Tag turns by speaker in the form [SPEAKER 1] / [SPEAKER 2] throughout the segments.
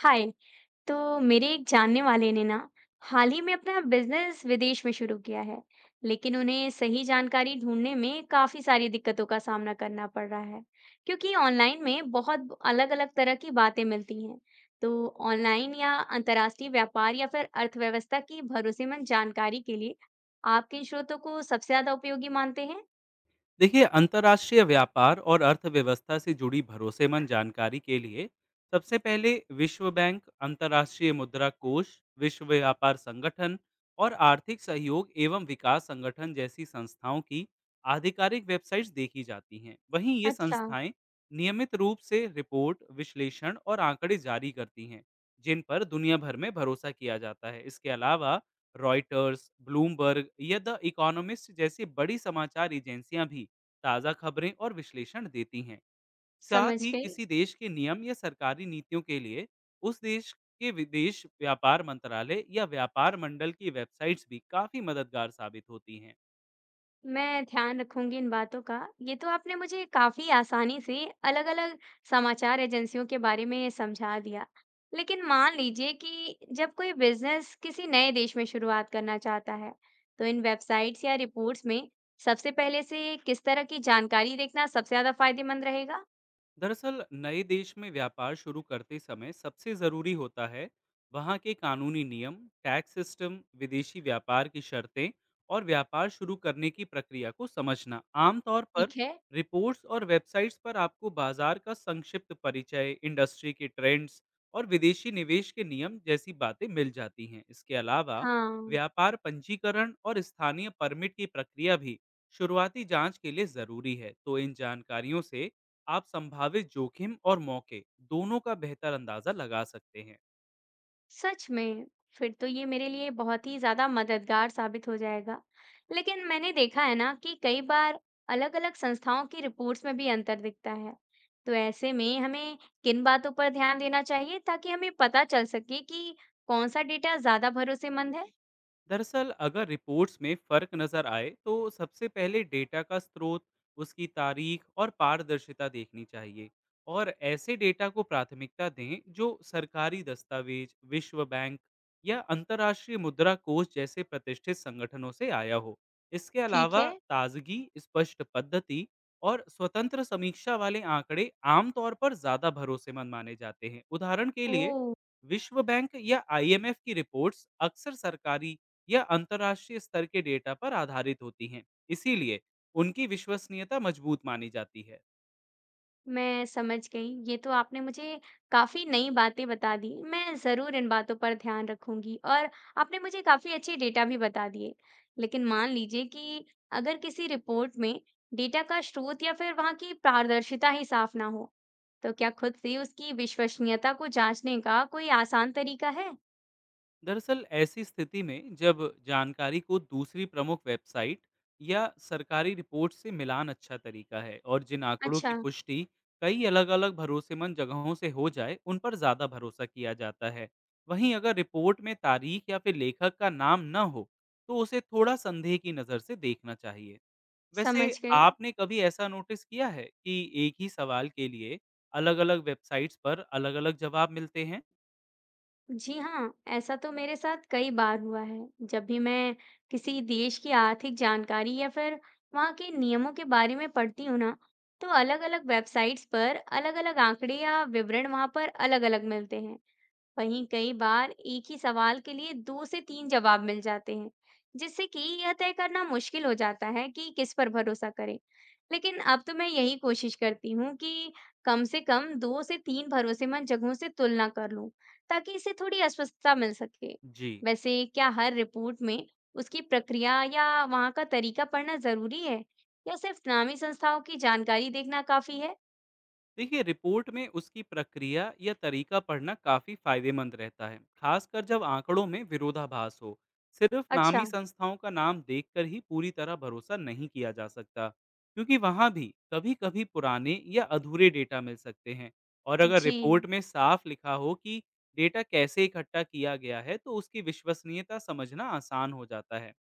[SPEAKER 1] हाय। तो मेरे एक जानने वाले ने ना हाल ही में अपना बिजनेस विदेश में शुरू किया है। लेकिन उन्हें सही जानकारी ढूंढने में काफी सारी दिक्कतों का सामना करना पड़ रहा है, क्योंकि ऑनलाइन में बहुत अलग-अलग तरह की बातें मिलती हैं। तो ऑनलाइन या अंतर्राष्ट्रीय व्यापार या फिर अर्थव्यवस्था की भरोसेमंद जानकारी के लिए आप किन स्रोतों को सबसे ज्यादा उपयोगी मानते हैं?
[SPEAKER 2] देखिए, अंतर्राष्ट्रीय व्यापार और अर्थव्यवस्था से जुड़ी भरोसेमंद जानकारी के लिए सबसे पहले विश्व बैंक, अंतर्राष्ट्रीय मुद्रा कोष, विश्व व्यापार संगठन और आर्थिक सहयोग एवं विकास संगठन जैसी संस्थाओं की आधिकारिक वेबसाइट्स देखी जाती हैं। वहीं ये
[SPEAKER 1] अच्छा।
[SPEAKER 2] संस्थाएं नियमित रूप से रिपोर्ट, विश्लेषण और आंकड़े जारी करती हैं, जिन पर दुनिया भर में भरोसा किया जाता है। इसके अलावा रॉयटर्स, ब्लूमबर्ग या द इकोनॉमिस्ट जैसी बड़ी समाचार एजेंसियां भी ताज़ा खबरें और विश्लेषण देती हैं। साथ
[SPEAKER 1] समझ
[SPEAKER 2] ही
[SPEAKER 1] गई।
[SPEAKER 2] किसी देश के नियम या सरकारी नीतियों के लिए उस देश के विदेश व्यापार मंत्रालय या व्यापार मंडल की वेबसाइट्स भी काफ़ी मददगार साबित होती हैं।
[SPEAKER 1] मैं ध्यान रखूंगी इन बातों का। ये तो आपने मुझे काफी आसानी से अलग-अलग समाचार एजेंसियों के बारे में समझा दिया। लेकिन मान लीजिए कि जब कोई बिजनेस किसी नए देश में शुरुआत करना चाहता है, तो इन वेबसाइट्स या रिपोर्ट्स में सबसे पहले से किस तरह की जानकारी देखना सबसे ज्यादा फायदेमंद रहेगा?
[SPEAKER 2] दरअसल नए देश में व्यापार शुरू करते समय सबसे ज़रूरी होता है वहाँ के कानूनी नियम, टैक्स सिस्टम, विदेशी व्यापार की शर्तें और व्यापार शुरू करने की प्रक्रिया को समझना। आमतौर पर
[SPEAKER 1] ठीक है।
[SPEAKER 2] रिपोर्ट्स और वेबसाइट्स पर आपको बाजार का संक्षिप्त परिचय, इंडस्ट्री के ट्रेंड्स और विदेशी निवेश के नियम जैसी बातें मिल जाती हैं। इसके अलावा
[SPEAKER 1] हाँ।
[SPEAKER 2] व्यापार पंजीकरण और स्थानीय परमिट की प्रक्रिया भी शुरुआती जांच के लिए ज़रूरी है। तो इन जानकारियों से आप संभावित जोखिम और मौके दोनों का बेहतर अंदाजा लगा सकते हैं।
[SPEAKER 1] सच में, फिर तो ये मेरे लिए बहुत ही ज्यादा मददगार साबित हो जाएगा। लेकिन मैंने देखा है ना कि कई बार अलग-अलग संस्थाओं की रिपोर्ट्स में भी अंतर दिखता है। तो ऐसे में हमें किन बातों पर ध्यान देना चाहिए ताकि हमें पता चल सके कि कौन सा डेटा ज्यादा भरोसेमंद है?
[SPEAKER 2] दरअसल अगर रिपोर्ट्स में फर्क नजर आए, तो सबसे पहले डेटा का स्रोत, उसकी तारीख और पारदर्शिता देखनी चाहिए। और ऐसे डेटा को प्राथमिकता दें जो सरकारी दस्तावेज, विश्व बैंक या अंतर्राष्ट्रीय मुद्रा कोष जैसे प्रतिष्ठित संगठनों से आया हो। इसके
[SPEAKER 1] ठीक
[SPEAKER 2] अलावा
[SPEAKER 1] है।
[SPEAKER 2] ताजगी, स्पष्ट पद्धति और स्वतंत्र समीक्षा वाले आंकड़े आमतौर पर ज्यादा भरोसेमंद माने जाते हैं। उदाहरण के
[SPEAKER 1] ओ।
[SPEAKER 2] लिए विश्व बैंक या आईएमएफ की रिपोर्ट्स अक्सर सरकारी या अंतर्राष्ट्रीय स्तर के डेटा पर आधारित होती हैं, इसीलिए उनकी विश्वसनीयता मजबूत मानी जाती है।
[SPEAKER 1] मैं समझ गई। ये तो आपने मुझे काफ़ी नई बातें बता दी। मैं ज़रूर इन बातों पर ध्यान रखूँगी और आपने मुझे काफ़ी अच्छे डेटा भी बता दिए। लेकिन मान लीजिए कि अगर किसी रिपोर्ट में डेटा का स्रोत या फिर वहाँ की पारदर्शिता ही साफ़ ना हो, तो क्या खुद से उसकी विश्वसनीयता को जाँचने का कोई आसान तरीका है?
[SPEAKER 2] दरअसल ऐसी स्थिति में जब जानकारी को दूसरी प्रमुख वेबसाइट या सरकारी रिपोर्ट से मिलान अच्छा तरीका है, और जिन आंकड़ों की
[SPEAKER 1] अच्छा,
[SPEAKER 2] पुष्टि कई अलग अलग भरोसेमंद जगहों से हो जाए, उन पर ज़्यादा भरोसा किया जाता है। वहीं अगर रिपोर्ट में तारीख या फिर लेखक का नाम न हो, तो उसे थोड़ा संदेह की नज़र से देखना चाहिए।
[SPEAKER 1] समझ
[SPEAKER 2] वैसे
[SPEAKER 1] गई।
[SPEAKER 2] आपने कभी ऐसा नोटिस किया है कि एक ही सवाल के लिए अलग-अलग वेबसाइट्स पर अलग-अलग जवाब मिलते हैं?
[SPEAKER 1] जी हाँ, ऐसा तो मेरे साथ कई बार हुआ है। जब भी मैं किसी देश की आर्थिक जानकारी या फिर वहाँ के नियमों के बारे में पढ़ती हूँ ना, तो अलग-अलग वेबसाइट्स पर अलग-अलग आंकड़े या विवरण वहाँ पर अलग-अलग मिलते हैं। वहीं कई बार एक ही सवाल के लिए दो से तीन जवाब मिल जाते हैं, जिससे कि यह तय करना मुश्किल हो जाता है कि किस पर भरोसा करें। लेकिन अब तो मैं यही कोशिश करती हूँ कि कम से कम दो से तीन भरोसेमंद जगहों से तुलना कर लूं, ताकि इसे थोड़ी अस्वस्थता मिल सके।
[SPEAKER 2] जी।
[SPEAKER 1] वैसे क्या हर रिपोर्ट में उसकी प्रक्रिया या वहाँ का तरीका पढ़ना जरूरी है, या सिर्फ नामी संस्थाओं की जानकारी देखना काफी है?
[SPEAKER 2] देखिए, रिपोर्ट में उसकी प्रक्रिया या तरीका पढ़ना काफी फायदेमंद रहता है, खासकर जब आंकड़ों में विरोधाभास हो। सिर्फ नामी
[SPEAKER 1] अच्छा,
[SPEAKER 2] संस्थाओं का नाम देखकर ही पूरी तरह भरोसा नहीं किया जा सकता, क्योंकि वहां भी कभी कभी पुराने या अधूरे डेटा मिल सकते हैं। और अगर रिपोर्ट
[SPEAKER 1] जी।
[SPEAKER 2] में साफ लिखा हो कि डेटा कैसे इकट्ठा किया गया है, तो उसकी विश्वसनीयता समझना आसान हो जाता है।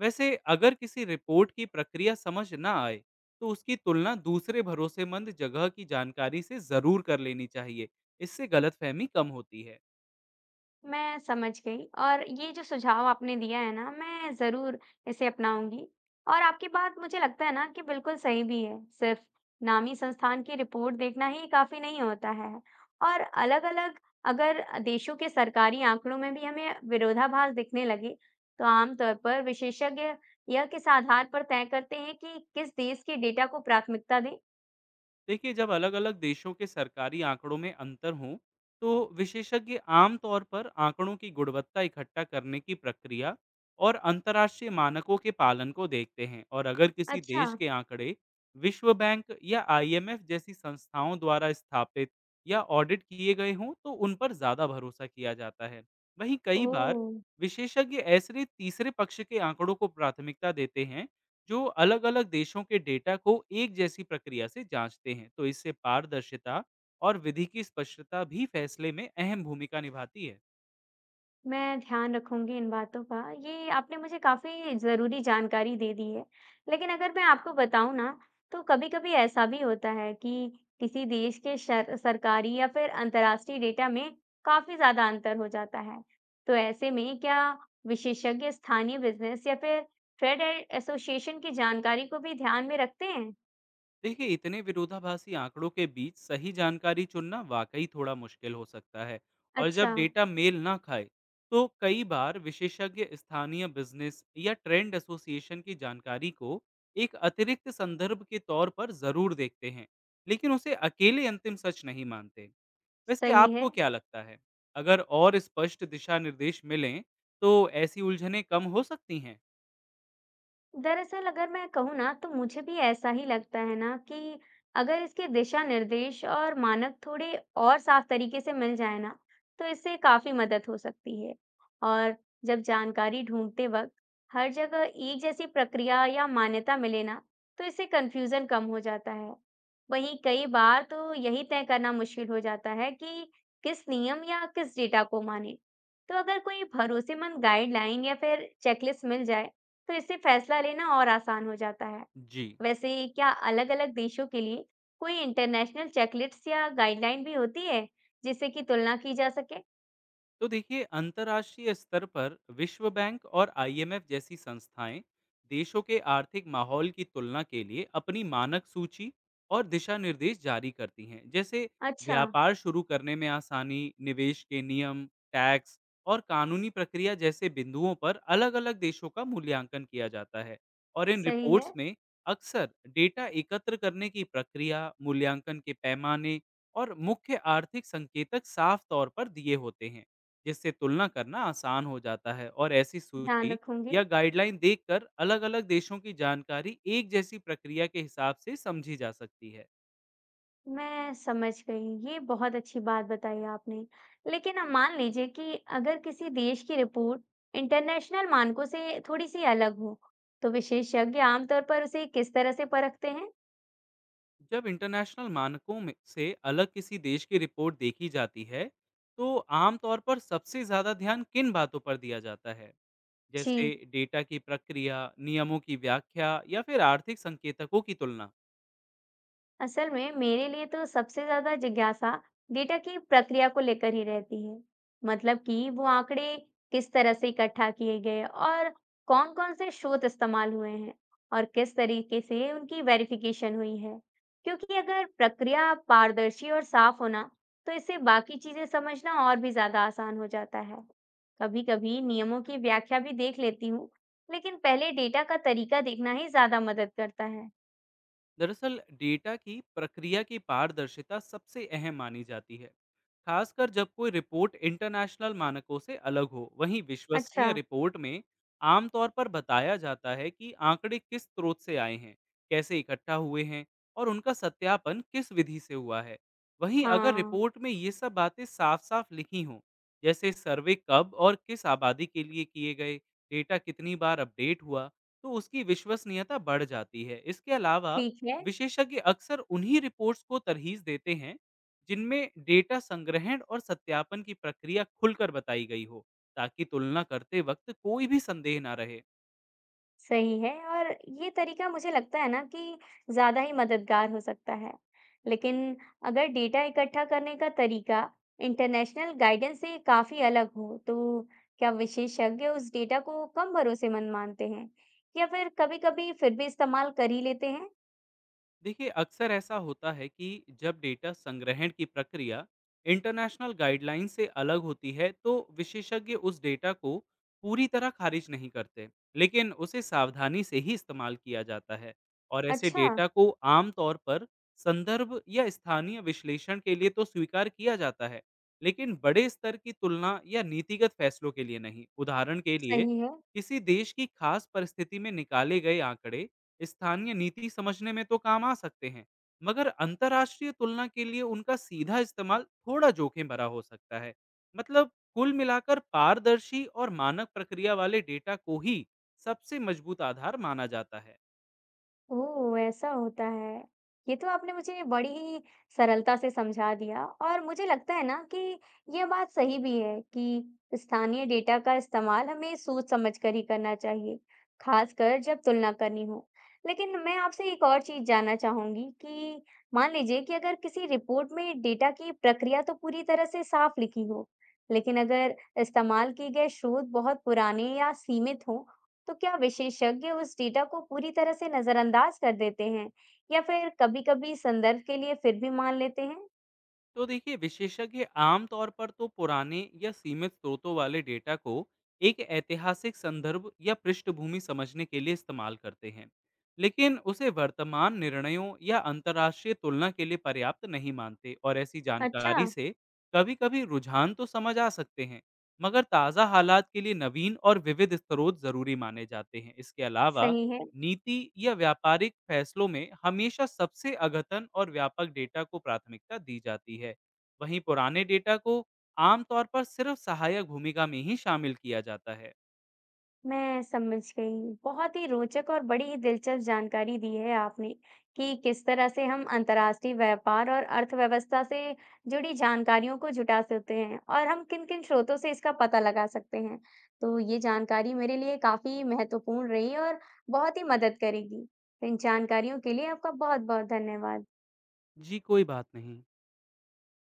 [SPEAKER 2] वैसे अगर किसी रिपोर्ट की प्रक्रिया समझ ना आए, तो उसकी तुलना दूसरे भरोसेमंद जगह की जानकारी से ज़रूर कर लेनी चाहिए। इससे गलतफहमी कम होती है।
[SPEAKER 1] मैं समझ गई और ये जो सुझाव आपने दिया है ना, मैं जरूर इसे अपनाऊंगी। और आपकी बात मुझे लगता है ना कि बिल्कुल सही भी है। सिर्फ नामी संस्थान की रिपोर्ट देखना ही काफी नहीं होता है और अलग-अलग, अगर देशों के सरकारी आंकड़ों में भी हमें विरोधाभास दिखने लगे, तो आमतौर पर विशेषज्ञ यह किस आधार पर तय करते हैं कि किस देश के डेटा को प्राथमिकता दें?
[SPEAKER 2] देखिए, जब अलग-अलग देशों के सरकारी आंकड़ों में अंतर हों, तो विशेषज्ञ आम तौर पर आंकड़ों की गुणवत्ता, इकट्ठा करने की प्रक्रिया और अंतर्राष्ट्रीय मानकों के पालन को देखते हैं। और अगर किसी
[SPEAKER 1] अच्छा।
[SPEAKER 2] देश के आंकड़े विश्व बैंक या आईएमएफ जैसी संस्थाओं द्वारा स्थापित या ऑडिट किए गए हों, तो उन पर ज़्यादा भरोसा किया जाता है। वहीं
[SPEAKER 1] ओ।
[SPEAKER 2] कई बार विशेषज्ञ ऐसे तीसरे पक्ष के आंकड़ों को प्राथमिकता देते हैं जो अलग-अलग देशों के डेटा को एक जैसी प्रक्रिया से जांचते हैं, तो इससे पारदर्शिता और विधि की स्पष्टता भी फैसले में अहम भूमिका निभाती है।
[SPEAKER 1] मैं ध्यान रखूंगी इन बातों का। ये आपने मुझे काफ़ी ज़रूरी जानकारी दे दी है। लेकिन अगर मैं आपको बताऊँ ना, तो कभी-कभी ऐसा भी होता है कि किसी देश के शर सरकारी या फिर अंतर्राष्ट्रीय डेटा में काफ़ी ज़्यादा अंतर हो जाता है। तो ऐसे में क्या विशेषज्ञ स्थानीय बिज़नेस या फिर ट्रेड ए एसोसिएशन की जानकारी को भी ध्यान में रखते हैं?
[SPEAKER 2] देखिए, इतने विरोधाभासी आंकड़ों के बीच सही जानकारी चुनना वाकई थोड़ा मुश्किल हो सकता है। और जब
[SPEAKER 1] अच्छा,
[SPEAKER 2] डेटा मेल ना खाए, तो कई बार विशेषज्ञ स्थानीय बिजनेस या ट्रेंड एसोसिएशन की जानकारी को एक अतिरिक्त संदर्भ के तौर पर ज़रूर देखते हैं, लेकिन उसे अकेले अंतिम सच नहीं मानते। वैसे
[SPEAKER 1] सही है।
[SPEAKER 2] आपको क्या लगता है, अगर और स्पष्ट दिशा निर्देश मिलें, तो ऐसी उलझनें कम हो सकती हैं?
[SPEAKER 1] दरअसल अगर मैं कहूँ ना, तो मुझे भी ऐसा ही लगता है ना कि अगर इसके दिशा निर्देश और मानक थोड़े और साफ तरीके से मिल जाए ना, तो इससे काफी मदद हो सकती है। और जब जानकारी ढूंढते वक्त हर जगह एक जैसी प्रक्रिया या मान्यता मिले ना, तो इससे कंफ्यूजन कम हो जाता है। वहीं कई बार तो यही तय करना मुश्किल हो जाता है कि किस नियम या किस डेटा को माने। तो अगर कोई भरोसेमंद गाइडलाइन या फिर चेकलिस्ट मिल जाए, तो इससे फैसला लेना और आसान हो जाता है।
[SPEAKER 2] जी।
[SPEAKER 1] वैसे क्या अलग-अलग देशों के लिए कोई इंटरनेशनल चेकलिस्ट या गाइडलाइन भी होती है, जिससे कि तुलना की जा सके?
[SPEAKER 2] तो देखिए, अंतर्राष्ट्रीय स्तर पर विश्व बैंक और आईएमएफ जैसी संस्थाएं देशों के आर्थिक माहौल की तुलना के लिए अपनी मानक सूची और दिशा निर्देश जारी करती हैं। जैसे
[SPEAKER 1] अच्छा,
[SPEAKER 2] व्यापार शुरू करने में आसानी, निवेश के नियम, टैक्स और कानूनी प्रक्रिया जैसे बिंदुओं पर अलग अलग देशों का मूल्यांकन किया जाता है। और इन
[SPEAKER 1] सही
[SPEAKER 2] रिपोर्ट्स
[SPEAKER 1] है,
[SPEAKER 2] में अक्सर डेटा एकत्र करने की प्रक्रिया, मूल्यांकन के पैमाने और मुख्य आर्थिक संकेतक साफ तौर पर दिए होते हैं, जिससे तुलना करना आसान हो जाता है। और ऐसी
[SPEAKER 1] ध्यान
[SPEAKER 2] सूची
[SPEAKER 1] रखूंगी।
[SPEAKER 2] या गाइडलाइन देखकर अलग-अलग देशों की जानकारी एक जैसी प्रक्रिया के हिसाब से समझी जा सकती है।
[SPEAKER 1] मैं समझ गई, ये बहुत अच्छी बात बताई आपने। लेकिन अब मान लीजिए कि अगर किसी देश की रिपोर्ट इंटरनेशनल मानकों से थोड़ी सी अलग हो, तो विशेषज्ञ आमतौर पर उसे किस तरह से परखते हैं?
[SPEAKER 2] जब इंटरनेशनल मानकों में से अलग किसी देश की रिपोर्ट देखी जाती है, तो आमतौर पर सबसे ज़्यादा ध्यान किन बातों पर दिया जाता है,
[SPEAKER 1] जी,
[SPEAKER 2] जैसे डेटा की प्रक्रिया, नियमों की व्याख्या या फिर आर्थिक संकेतकों की तुलना।
[SPEAKER 1] असल में मेरे लिए तो सबसे ज्यादा जिज्ञासा डेटा की प्रक्रिया को लेकर ही रहती है। मतलब कि वो आंकड़े किस तरह से इकट्ठा किए गए और कौन कौन से स्रोत इस्तेमाल हुए हैं और किस तरीके से उनकी वेरिफिकेशन हुई है। क्योंकि अगर प्रक्रिया पारदर्शी और साफ होना, तो इससे बाकी चीजें समझना और भी ज्यादा आसान हो जाता है। कभी कभी नियमों की व्याख्या भी देख लेती हूँ, लेकिन पहले डेटा का तरीका देखना ही ज्यादा मदद करता है।
[SPEAKER 2] दरअसल डेटा की प्रक्रिया की पारदर्शिता सबसे अहम मानी जाती है, खासकर जब कोई रिपोर्ट इंटरनेशनल मानकों से अलग हो। वहीं
[SPEAKER 1] अच्छा।
[SPEAKER 2] विश्वसनीय रिपोर्ट में आमतौर पर बताया जाता है कि आंकड़े किस स्रोत से आए हैं, कैसे इकट्ठा हुए हैं और उनका सत्यापन किस विधि से हुआ है। वहीं अगर
[SPEAKER 1] हाँ।
[SPEAKER 2] रिपोर्ट में ये सब बातें साफ साफ लिखी हों, जैसे सर्वे कब और किस आबादी के लिए किए गए, डेटा कितनी बार अपडेट हुआ, तो उसकी विश्वसनीयता बढ़ जाती है। इसके अलावा
[SPEAKER 1] ठीक है,
[SPEAKER 2] विशेषज्ञ अक्सर उन्हीं रिपोर्ट्स को तरहीज देते हैं जिनमें डेटा संग्रहण और सत्यापन की प्रक्रिया खुलकर बताई गई हो, ताकि तुलना करते वक्त कोई भी संदेह ना रहे।
[SPEAKER 1] सही है और ये तरीका मुझे लगता है ना कि ज़्यादा ही मददगार हो सकता है। लेकिन अगर डेटा इकट्ठा करने का तरीका इंटरनेशनल गाइडेंस से काफ़ी अलग हो, तो क्या विशेषज्ञ उस डेटा को कम भरोसेमंद मानते हैं या फिर कभी-कभी फिर भी इस्तेमाल कर ही लेते हैं?
[SPEAKER 2] देखिए, अक्सर ऐसा होता है कि जब डेटा संग्रहण की प्रक्रिया इंटरनेशनल गाइडलाइन से अलग होती है, तो विशेषज्ञ उस डेटा को पूरी तरह खारिज नहीं करते, लेकिन उसे सावधानी से ही इस्तेमाल किया जाता है। और ऐसे
[SPEAKER 1] अच्छा,
[SPEAKER 2] डेटा को आमतौर पर संदर्भ या स्थानीय विश्लेषण के लिए तो स्वीकार किया जाता है, लेकिन बड़े स्तर की तुलना या नीतिगत फैसलों के लिए नहीं। उदाहरण के लिए
[SPEAKER 1] सही है।
[SPEAKER 2] किसी देश की खास परिस्थिति में निकाले गए आंकड़े स्थानीय नीति समझने में तो काम आ सकते हैं, मगर अंतर्राष्ट्रीय तुलना के लिए उनका सीधा इस्तेमाल थोड़ा जोखिम भरा हो सकता है। मतलब कुल मिलाकर पारदर्शी और मानक प्रक्रिया वाले डेटा को ही सबसे मजबूत आधार माना जाता है।
[SPEAKER 1] ओह! ऐसा होता है। ये तो आपने मुझे बड़ी ही सरलता से समझा दिया और मुझे लगता है ना कि ये बात सही भी है कि स्थानीय डेटा का इस्तेमाल हमें सोच समझ कर ही करना चाहिए, खासकर जब तुलना करनी हो। लेकिन मैं आपसे एक और चीज़ जानना चाहूँगी कि मान लीजिए कि अगर किसी रिपोर्ट में डेटा की प्रक्रिया तो पूरी तरह से साफ लिखी हो, लेकिन अगर इस्तेमाल किए गए स्रोत बहुत पुराने या सीमित हों, तो क्या विशेषज्ञ उस डेटा को पूरी तरह से नजरअंदाज कर देते हैं या फिर कभी-कभी संदर्भ के लिए फिर भी मान लेते हैं?
[SPEAKER 2] तो देखिए, विशेषज्ञ आमतौर पर तो पुराने या सीमित स्रोतों वाले डेटा को एक ऐतिहासिक संदर्भ या पृष्ठभूमि समझने के लिए इस्तेमाल करते हैं, लेकिन उसे वर्तमान निर्णयों या अंतर्राष्ट्रीय तुलना के लिए पर्याप्त नहीं मानते। और ऐसी
[SPEAKER 1] अच्छा,
[SPEAKER 2] जानकारी से कभी-कभी रुझान तो समझ आ सकते हैं, मगर ताज़ा हालात के लिए नवीन और विविध स्रोत ज़रूरी माने जाते हैं। इसके अलावा
[SPEAKER 1] सही है।
[SPEAKER 2] नीति या व्यापारिक फैसलों में हमेशा सबसे अघतन और व्यापक डेटा को प्राथमिकता दी जाती है। वहीं पुराने डेटा को आमतौर पर सिर्फ सहायक भूमिका में ही शामिल किया जाता है।
[SPEAKER 1] मैं समझ गई। बहुत ही रोचक और बड़ी ही दिलचस्प जानकारी दी है आपने कि किस तरह से हम अंतर्राष्ट्रीय व्यापार और अर्थव्यवस्था से जुड़ी जानकारियों को जुटा सकते हैं और हम किन-किन स्रोतों से इसका पता लगा सकते हैं। तो ये जानकारी मेरे लिए काफी महत्वपूर्ण रही और बहुत ही मदद करेगी। तो इन जानकारियों के लिए आपका बहुत-बहुत धन्यवाद।
[SPEAKER 2] जी, कोई बात नहीं।